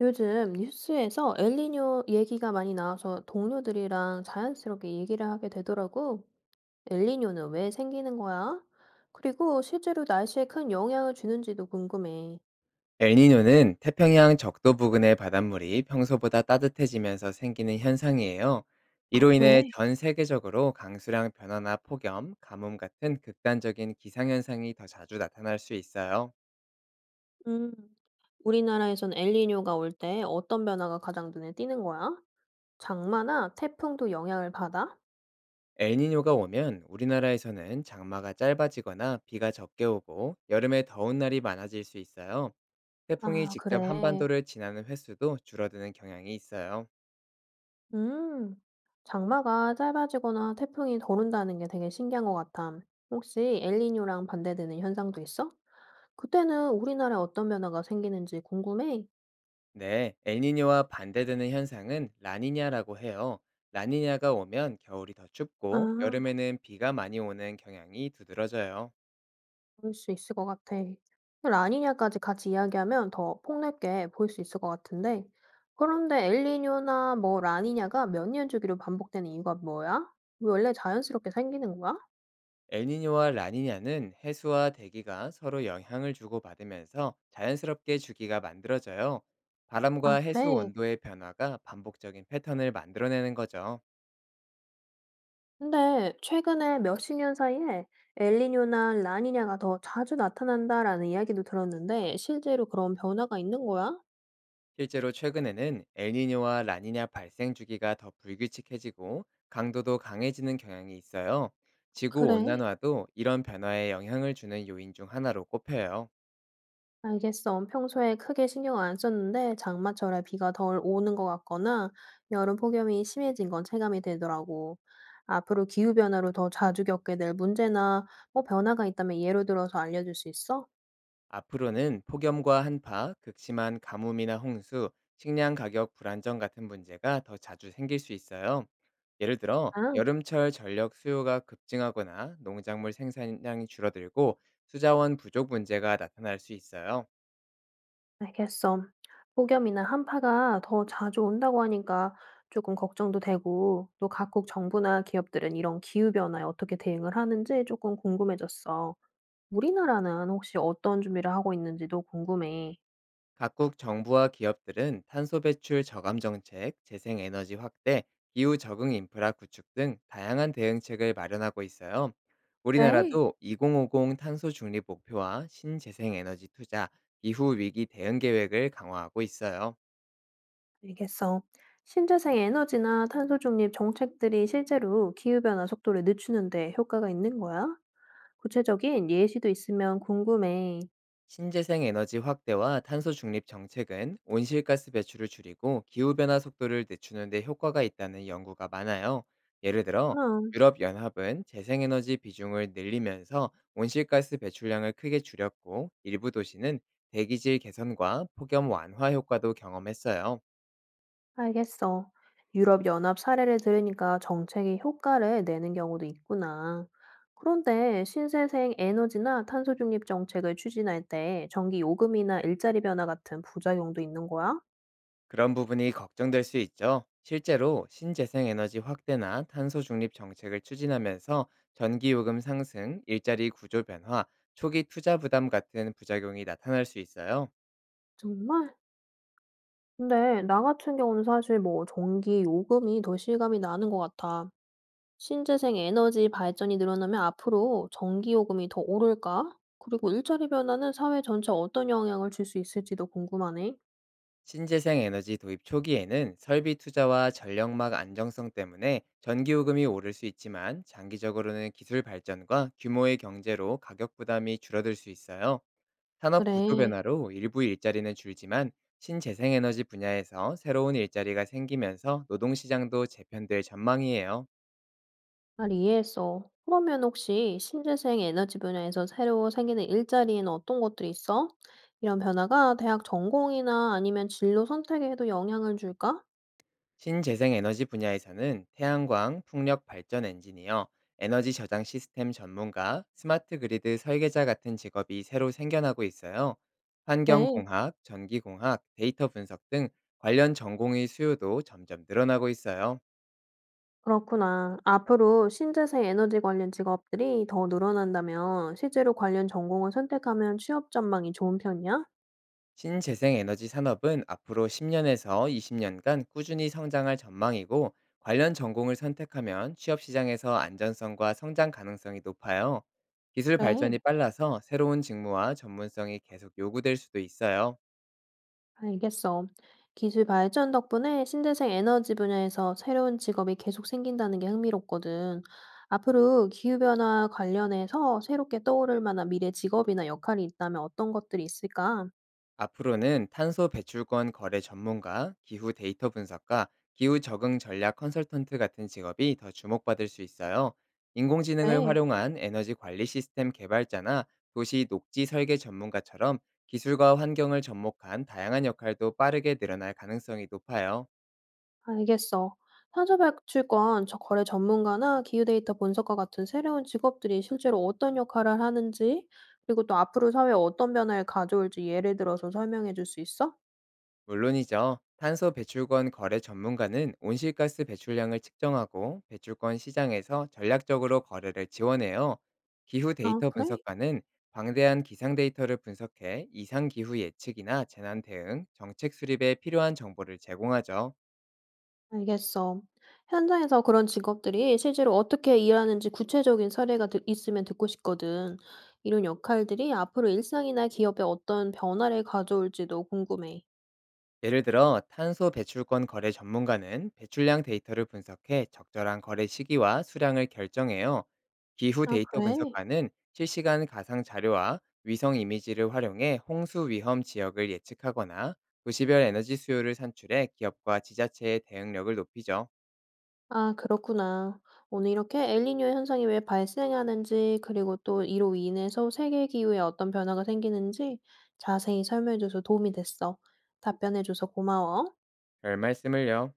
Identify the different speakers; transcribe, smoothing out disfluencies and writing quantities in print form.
Speaker 1: 요즘 뉴스에서 엘니뇨 얘기가 많이 나와서 동료들이랑 자연스럽게 얘기를 하게 되더라고. 엘니뇨는 왜 생기는 거야? 그리고 실제로 날씨에 큰 영향을 주는지도 궁금해.
Speaker 2: 엘니뇨는 태평양 적도 부근의 바닷물이 평소보다 따뜻해지면서 생기는 현상이에요.
Speaker 1: 아,
Speaker 2: 이로 인해
Speaker 1: 그래.
Speaker 2: 전 세계적으로 강수량 변화나 폭염, 가뭄 같은 극단적인 기상현상이 더 자주 나타날 수 있어요.
Speaker 1: 음, 우리나라에선 엘니뇨가 올 때 어떤 변화가 가장 눈에 띄는 거야? 장마나 태풍도 영향을 받아?
Speaker 2: 엘니뇨가 오면 우리나라에서는 장마가 짧아지거나 비가 적게 오고 여름에 더운 날이 많아질 수 있어요. 태풍이
Speaker 1: 아,
Speaker 2: 직접
Speaker 1: 그래.
Speaker 2: 한반도를 지나는 횟수도 줄어드는 경향이 있어요.
Speaker 1: 음, 장마가 짧아지거나 태풍이 덜 온다는 게 되게 신기한 것 같아. 혹시 엘니뇨랑 반대되는 현상도 있어? 그때는 우리나라에 어떤 변화가 생기는지 궁금해.
Speaker 2: 네, 엘니뇨와 반대되는 현상은 라니냐라고 해요. 라니냐가 오면 겨울이 더 춥고
Speaker 1: 아,
Speaker 2: 여름에는 비가 많이 오는 경향이 두드러져요.
Speaker 1: 볼 수 있을 것 같아. 그 라니냐까지 같이 이야기하면 더 폭넓게 볼 수 있을 것 같은데. 그런데 엘니뇨나 뭐 라니냐가 몇 년 주기로 반복되는 이유가 뭐야? 왜 원래 자연스럽게 생기는 거야?
Speaker 2: 엘니뇨와 라니냐는 해수와 대기가 서로 영향을 주고받으면서 자연스럽게 주기가 만들어져요. 바람과
Speaker 1: 아,
Speaker 2: 해수
Speaker 1: 그래.
Speaker 2: 온도의 변화가 반복적인 패턴을 만들어내는 거죠.
Speaker 1: 근데 최근에 몇 십 년 사이에 엘니뇨나 라니냐가 더 자주 나타난다라는 이야기도 들었는데 실제로 그런 변화가 있는 거야?
Speaker 2: 실제로 최근에는 엘니뇨와 라니냐 발생 주기가 더 불규칙해지고 강도도 강해지는 경향이 있어요. 지구
Speaker 1: 그래.
Speaker 2: 온난화도 이런 변화에 영향을 주는 요인 중 하나로 꼽혀요.
Speaker 1: 알겠어. 평소에 크게 신경 안 썼는데 장마철에 비가 덜 오는 것 같거나 여름 폭염이 심해진 건 체감이 되더라고. 앞으로 기후변화로 더 자주 겪게 될 문제나 뭐 변화가 있다면 예로 들어서 알려줄 수 있어?
Speaker 2: 앞으로는 폭염과 한파, 극심한 가뭄이나 홍수, 식량 가격 불안정 같은 문제가 더 자주 생길 수 있어요. 예를 들어
Speaker 1: 아,
Speaker 2: 여름철 전력 수요가 급증하거나 농작물 생산량이 줄어들고 수자원 부족 문제가 나타날 수 있어요.
Speaker 1: 알겠어. 폭염이나 한파가 더 자주 온다고 하니까 조금 걱정도 되고 또 각국 정부나 기업들은 이런 기후변화에 어떻게 대응을 하는지 조금 궁금해졌어. 우리나라는 혹시 어떤 준비를 하고 있는지도 궁금해.
Speaker 2: 각국 정부와 기업들은 탄소 배출 저감 정책, 재생 에너지 확대, 기후 적응 인프라 구축 등 다양한 대응책을 마련하고 있어요.
Speaker 1: 네.
Speaker 2: 우리나라도 2050 탄소 중립 목표와 신재생 에너지 투자, 기후 위기 대응 계획을 강화하고 있어요.
Speaker 1: 알겠어. 신재생 에너지나 탄소 중립 정책들이 실제로 기후변화 속도를 늦추는데 효과가 있는 거야? 구체적인 예시도 있으면 궁금해.
Speaker 2: 신재생 에너지 확대와 탄소 중립 정책은 온실가스 배출을 줄이고 기후변화 속도를 늦추는 데 효과가 있다는 연구가 많아요. 예를
Speaker 1: 아,
Speaker 2: 들어 유럽연합은 재생에너지 비중을 늘리면서 온실가스 배출량을 크게 줄였고 일부 도시는 대기질 개선과 폭염 완화 효과도 경험했어요.
Speaker 1: 알겠어. 유럽연합 사례를 들으니까 정책이 효과를 내는 경우도 있구나. 그런데 신재생 에너지나 탄소 중립 정책을 추진할 때 전기 요금이나 일자리 변화 같은 부작용도 있는 거야?
Speaker 2: 그런 부분이 걱정될 수 있죠. 실제로 신재생 에너지 확대나 탄소 중립 정책을 추진하면서 전기 요금 상승, 일자리 구조 변화, 초기 투자 부담 같은 부작용이 나타날 수 있어요.
Speaker 1: 정말? 근데 나 같은 경우는 사실 뭐 전기 요금이 더 실감이 나는 것 같아. 신재생 에너지 발전이 늘어나면 앞으로 전기요금이 더 오를까? 그리고 일자리 변화는 사회 전체에 어떤 영향을 줄 수 있을지도 궁금하네.
Speaker 2: 신재생 에너지 도입 초기에는 설비 투자와 전력망 안정성 때문에 전기 요금이 오를 수 있지만 장기적으로는 기술 발전과 규모의 경제로 가격 부담이 줄어들 수 있어요. 산업 구조
Speaker 1: 그래,
Speaker 2: 변화로 일부 일자리는 줄지만 신재생에너지 분야에서 새로운 일자리가 생기면서 노동시장도 재편될 전망이에요.
Speaker 1: 잘 이해했어. 그러면 혹시 신재생 에너지 분야에서 새로 생기는 일자리에는 어떤 것들이 있어? 이런 변화가 대학 전공이나 아니면 진로 선택에도 영향을 줄까?
Speaker 2: 신재생에너지 분야에서는 태양광, 풍력 발전 엔지니어, 에너지 저장 시스템 전문가, 스마트 그리드 설계자 같은 직업이 새로 생겨나고 있어요.
Speaker 1: 그래,
Speaker 2: 환경공학, 전기공학, 데이터 분석 등 관련 전공의 수요도 점점 늘어나고 있어요.
Speaker 1: 그렇구나. 앞으로 신재생 에너지 관련 직업들이 더 늘어난다면 실제로 관련 전공을 선택하면 취업 전망이 좋은 편이야?
Speaker 2: 신재생 에너지 산업은 앞으로 10년에서 20년간 꾸준히 성장할 전망이고 관련 전공을 선택하면 취업 시장에서 안전성과 성장 가능성이 높아요. 기술
Speaker 1: 그래,
Speaker 2: 발전이 빨라서 새로운 직무와 전문성이 계속 요구될 수도 있어요.
Speaker 1: 알겠어. 기술 발전 덕분에 신재생 에너지 분야에서 새로운 직업이 계속 생긴다는 게 흥미롭거든. 앞으로 기후변화 관련해서 새롭게 떠오를 만한 미래 직업이나 역할이 있다면 어떤 것들이 있을까?
Speaker 2: 앞으로는 탄소 배출권 거래 전문가, 기후 데이터 분석가, 기후 적응 전략 컨설턴트 같은 직업이 더 주목받을 수 있어요. 인공지능을
Speaker 1: 네,
Speaker 2: 활용한 에너지 관리 시스템 개발자나 도시 녹지 설계 전문가처럼 기술과 환경을 접목한 다양한 역할도 빠르게 늘어날 가능성이 높아요.
Speaker 1: 알겠어. 탄소 배출권 거래 전문가나 기후 데이터 분석가 같은 새로운 직업들이 실제로 어떤 역할을 하는지, 그리고 또 앞으로 사회에 어떤 변화를 가져올지 예를 들어서 설명해 줄 수 있어?
Speaker 2: 물론이죠. 탄소 배출권 거래 전문가는 온실가스 배출량을 측정하고 배출권 시장에서 전략적으로 거래를 지원해요. 기후
Speaker 1: 아,
Speaker 2: 데이터
Speaker 1: 그래?
Speaker 2: 분석가는 방대한 기상 데이터를 분석해 이상 기후 예측이나 재난 대응, 정책 수립에 필요한 정보를 제공하죠.
Speaker 1: 알겠어. 현장에서 그런 직업들이 실제로 어떻게 일하는지 구체적인 사례가 있으면 듣고 싶거든. 이런 역할들이 앞으로 일상이나 기업에 어떤 변화를 가져올지도 궁금해.
Speaker 2: 예를 들어 탄소 배출권 거래 전문가는 배출량 데이터를 분석해 적절한 거래 시기와 수량을 결정해요. 기후
Speaker 1: 아,
Speaker 2: 데이터
Speaker 1: 그래?
Speaker 2: 분석가는 실시간 가상 자료와 위성 이미지를 활용해 홍수 위험 지역을 예측하거나 도시별 에너지 수요를 산출해 기업과 지자체의 대응력을 높이죠.
Speaker 1: 아, 그렇구나. 오늘 이렇게 엘니뇨 현상이 왜 발생하는지, 그리고 또 이로 인해서 세계 기후에 어떤 변화가 생기는지 자세히 설명해줘서 도움이 됐어. 답변해줘서 고마워.
Speaker 2: 별 말씀을요.